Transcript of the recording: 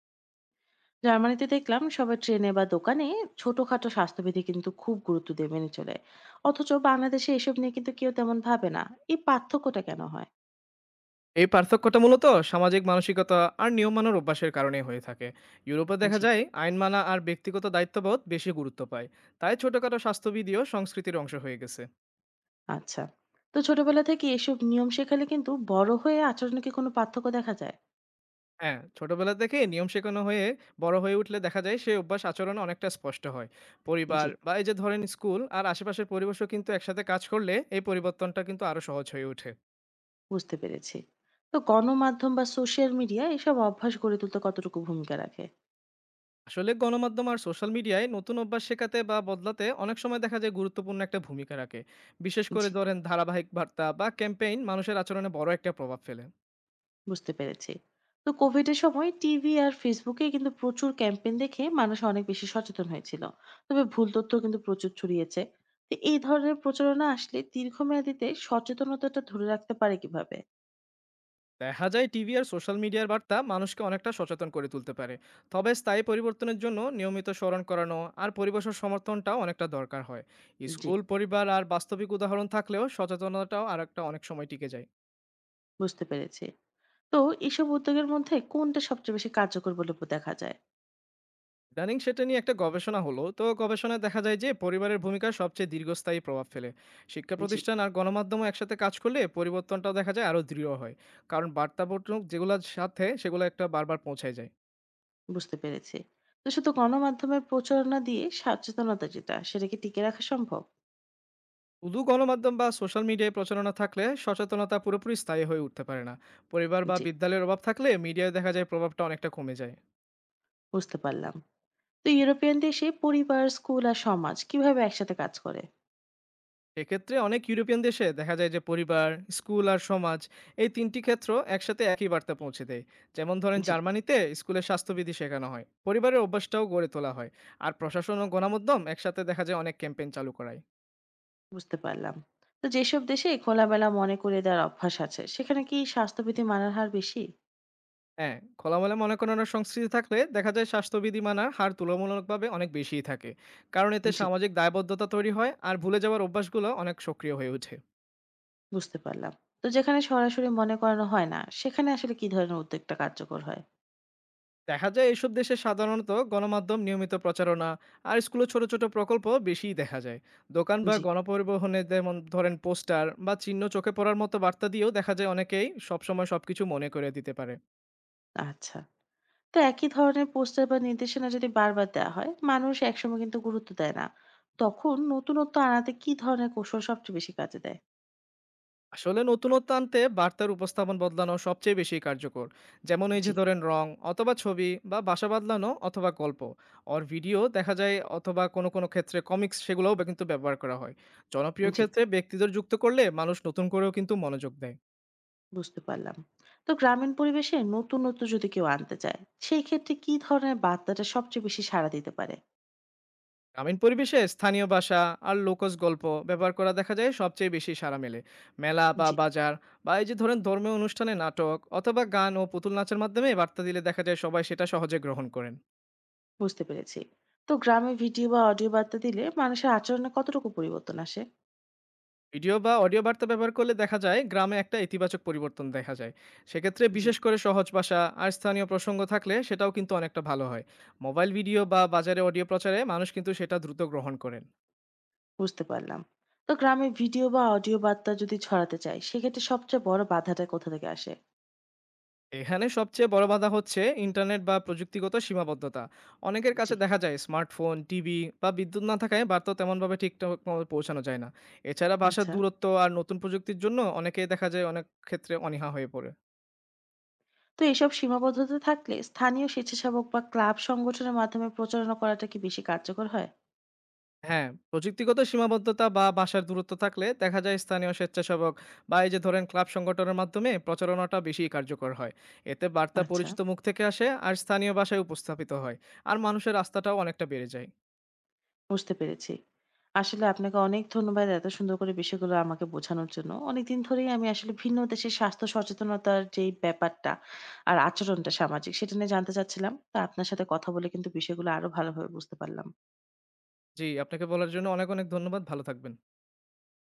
জার্মানিতে দেখলাম সবাই ট্রেনে বা দোকানে ছোটখাটো স্বাস্থ্যবিধি কিন্তু খুব গুরুত্ব দিয়ে মেনে চলে। অথচ বাংলাদেশে এসব নিয়ে কিন্তু কেউ তেমন ভাবে না। এই পার্থক্যটা কেন হয়? এই পার্থক্যটা মূলত সামাজিক মানসিকতা আর নিয়ম মানার অভ্যাসের কারণেই হয়ে থাকে। ইউরোপে দেখা জি। যায় আইন মানা আর ব্যক্তিগত দায়িত্ববোধ বেশি গুরুত্ব পায়। তাই ছোটখাটো স্বাস্থ্যবিধিও সংস্কৃতির অংশ হয়ে গেছে। আচ্ছা। তো ছোটবেলা থেকে এসব নিয়ম শেখালে কিন্তু বড় হয়ে আচরণে কি কোনো পার্থক্য দেখা যায়? হ্যাঁ, ছোটবেলা থেকে নিয়ম শেখানো হয়ে বড় হয়ে উঠলে দেখা যায় সেই অভ্যাস আচরণে অনেকটা স্পষ্ট হয়। জি, পরিবার বা এই যে ধরেন স্কুল আর আশেপাশের পরিবেশও কিন্তু একসাথে কাজ করলে এই পরিবর্তনটা কিন্তু আরো সহজ হয়ে ওঠে। বুঝতে পেরেছি। তো গণমাধ্যম বা সোশ্যাল মিডিয়া এসব অভ্যাস গড়ে তুলতে কতটুকু ভূমিকা রাখে? আসলে গণমাধ্যম আর সোশ্যাল মিডিয়ায় নতুন অভ্যাস শেখাতে বা বদলাতে অনেক সময় দেখা যায় গুরুত্বপূর্ণ একটা ভূমিকা রাখে। বিশেষ করে জি, ধরেন ধারাবাহিক বার্তা বা ক্যাম্পেইন মানুষের আচরণে বড় একটা প্রভাব ফেলে। বুঝতে পেরেছি। তো কোভিড এর সময় টিভি আর ফেসবুকে কিন্তু প্রচুর ক্যাম্পেইন দেখে মানুষ অনেক বেশি সচেতন হয়েছিল। তবে ভুল তথ্যও কিন্তু প্রচুর ছড়িয়েছে। তো এই ধরনের প্রচারণা আসলে দীর্ঘমেয়াদীতে সচেতনতাটা ধরে রাখতে পারে কিভাবে? দেখা যায় টিভি আর সোশ্যাল মিডিয়ার বার্তা মানুষকে অনেকটা সচেতন করে তুলতে পারে। তবে স্থায়ী পরিবর্তনের জন্য নিয়মিত স্মরণ করানো আর পরিবেশের সমর্থনটাও অনেকটা দরকার হয়। জি, স্কুল, পরিবার আর বাস্তবিক উদাহরণ থাকলেও সচেতনতাও আর একটা অনেক সময় টিকে যায়। বুঝতে পেরেছি। তো এসব উদ্যোগের মধ্যে কোনটা সবচেয়ে বেশি কার্যকর বলে দেখা যায়? ইদানিং সেটা নিয়ে একটা গবেষণা হলো, তো গবেষণায় দেখা যায় যে পরিবারের ভূমিকা সবচেয়ে দীর্ঘস্থায়ী প্রভাব ফেলে। শিক্ষা জি, প্রতিষ্ঠান আর গণমাধ্যমও একসাথে কাজ করলে পরিবর্তনটাও দেখা যায় আরও দৃঢ় হয়। কারণ বার্তা বর্তমানে যেগুলোর সাথে সেগুলো একটা বারবার পৌঁছায় যায়। বুঝতে পেরেছি। তো শুধু গণমাধ্যমের প্রচারণা দিয়ে সচেতনতা যেটা সেটা কি টিকিয়ে রাখা সম্ভব? শুধু গণমাধ্যম বা সোশ্যাল মিডিয়ায় প্রচারণা থাকলে সচেতনতা পুরোপুরি স্থায়ী হয়ে উঠতে পারে না। পরিবার বা জি, বিদ্যালয়ের অভাব থাকলে মিডিয়ায় দেখা যায় প্রভাবটা অনেকটা কমে যায়। বুঝতে পারলাম। তো ইউরোপিয়ান দেশে পরিবার, স্কুল আর সমাজ কিভাবে একসাথে কাজ করে? এক্ষেত্রে অনেক ইউরোপিয়ান দেশে দেখা যায় যে পরিবার, স্কুল আর সমাজ, এই তিনটি ক্ষেত্র একসাথে একই বার্তা পৌঁছে দেয়। যেমন ধরেন জি, জার্মানিতে স্কুলে স্বাস্থ্যবিধি শেখানো হয়, পরিবারের অভ্যাসটাও গড়ে তোলা হয়। আর প্রশাসন ও গণমাধ্যম একসাথে দেখা যায় অনেক ক্যাম্পেইন চালু করায়। বুঝতে পারলাম। তো যেসব দেশে খোলামেলা মনে করিয়ে দেওয়ার অভ্যাস আছে, সেখানে কি স্বাস্থ্যবিধি মানার হার বেশি? হ্যাঁ, খোলামেলা মনে করানোর সংস্কৃতি থাকলে দেখা যায় স্বাস্থ্যবিধি মানার হার তুলনামূলকভাবে অনেক বেশিই থাকে। কারণ এতে জি, সামাজিক দায়বদ্ধতা তৈরি হয় আর ভুলে যাওয়ার অভ্যাসগুলো অনেক সক্রিয় হয়ে ওঠে। বুঝতে পারলাম। তো যেখানে সরাসরি মনে করানো হয় না, সেখানে আসলে কি ধরনের উদ্যোগটা কার্যকর হয়? দেখা যায় এইসব দেশে সাধারণত গণমাধ্যম নিয়মিত প্রচারণা আর স্কুলে ছোট ছোট প্রকল্প বেশিই দেখা যায়। দোকান বা জি, গণপরিবহনে যেমন ধরেন পোস্টার বা চিহ্ন চোখে পড়ার মতো বার্তা দিয়েও দেখা যায় অনেকেই সবসময় সবকিছু মনে করে দিতে পারে। আচ্ছা। তো একই ধরনের পোস্টার বা নির্দেশনা যদি বারবার দেওয়া হয়, মানুষ একসময় কিন্তু গুরুত্ব দেয় না। তখন নতুনত্ব আনাতে কি ধরনের কৌশল সবচেয়ে বেশি কাজে দেয়? আসলে নতুনত্ব আনতে বার্তার উপস্থাপন বদলানো সবচেয়ে বেশি কার্যকর। যেমন এই জি, যে ধরেন রং অথবা ছবি বা বাসা বদলানো অথবা গল্প অর ভিডিও দেখা যায় অথবা কোনো কোনো ক্ষেত্রে কমিক্স, সেগুলোও কিন্তু ব্যবহার করা হয়। জনপ্রিয় জি। ক্ষেত্রে ব্যক্তিদের যুক্ত করলে মানুষ নতুন করেও কিন্তু মনোযোগ দেয়। বুঝতে পারলাম। তো গ্রামীণ পরিবেশে নতুনত্ব যদি কেউ আনতে চায় সেই ক্ষেত্রে কি ধরনের বার্তাটা সবচেয়ে বেশি সাড়া দিতে পারে? গ্রামীণ পরিবেশে স্থানীয় ভাষা আর লোকজ গল্প ব্যবহার করা দেখা যায় সবচেয়ে বেশি সাড়া মেলে। মেলা বা জি, বাজার বা এই যে ধরেন ধর্মীয় অনুষ্ঠানে নাটক অথবা গান ও পুতুল নাচের মাধ্যমে বার্তা দিলে দেখা যায় সবাই সেটা সহজে গ্রহণ করেন। বুঝতে পেরেছি। তো গ্রামে ভিডিও বা অডিও বার্তা দিলে মানুষের আচরণে কতটুকু পরিবর্তন আসে? ভিডিও বা অডিও বার্তা ব্যবহার করলে দেখা যায় গ্রামে একটা ইতিবাচক পরিবর্তন দেখা যায়। সেক্ষেত্রে জি, বিশেষ করে সহজ ভাষা আর স্থানীয় প্রসঙ্গ থাকলে সেটাও কিন্তু অনেকটা ভালো হয়। মোবাইল ভিডিও বা বাজারে অডিও প্রচারে মানুষ কিন্তু সেটা দ্রুত গ্রহণ করেন। বুঝতে পারলাম। তো গ্রামে ভিডিও বা অডিও বার্তা যদি ছড়াতে চায় সেক্ষেত্রে সবচেয়ে বড় বাধাটা কোথা থেকে আসে? এখানে সবচেয়ে বড় বাধা হচ্ছে ইন্টারনেট বা প্রযুক্তিগত সীমাবদ্ধতা। অনেকের জি, কাছে দেখা যায় স্মার্টফোন, টিভি বা বিদ্যুৎ না থাকায় বার্তা তেমনভাবে ঠিকঠাক মতো পৌঁছানো যায় না। এছাড়া ভাষার আচ্ছা। দূরত্ব আর নতুন প্রযুক্তির জন্য অনেকেই দেখা যায় অনেক ক্ষেত্রে অনীহা হয়ে পড়ে। তো এসব সীমাবদ্ধতা থাকলে স্থানীয় স্বেচ্ছাসেবক বা ক্লাব সংগঠনের মাধ্যমে প্রচারণা করাটা কি বেশি কার্যকর হয়? হ্যাঁ, প্রযুক্তিগত সীমাবদ্ধতা বা ভাষার দূরত্ব থাকলে দেখা যায় স্থানীয় স্বেচ্ছাসেবক বা এই যে ধরেন ক্লাব সংগঠনের মাধ্যমে প্রচারণাটা বেশি কার্যকর হয়। এতে বার্তা আচ্ছা, পরিচিত মুখ থেকে আসে আর স্থানীয় ভাষায় উপস্থাপিত হয়। আর মানুষের আস্থাটাও অনেকটা বেড়ে যায়। বুঝতে পেরেছি। আসলে আপনাকে অনেক ধন্যবাদ এত সুন্দর করে বিষয়গুলো আমাকে বোঝানোর জন্য। অনেকদিন ধরেই আমি আসলে ভিন্ন দেশের স্বাস্থ্য সচেতনতার যেই ব্যাপারটা আর আচরণটা সামাজিক সেটা নিয়ে জানতে চাচ্ছিলাম। তা আপনার সাথে কথা বলে কিন্তু বিষয়গুলো আরো ভালোভাবে বুঝতে পারলাম। জি, আপনাকে বলার জন্য অনেক, অনেক ধন্যবাদ। ভালো থাকবেন।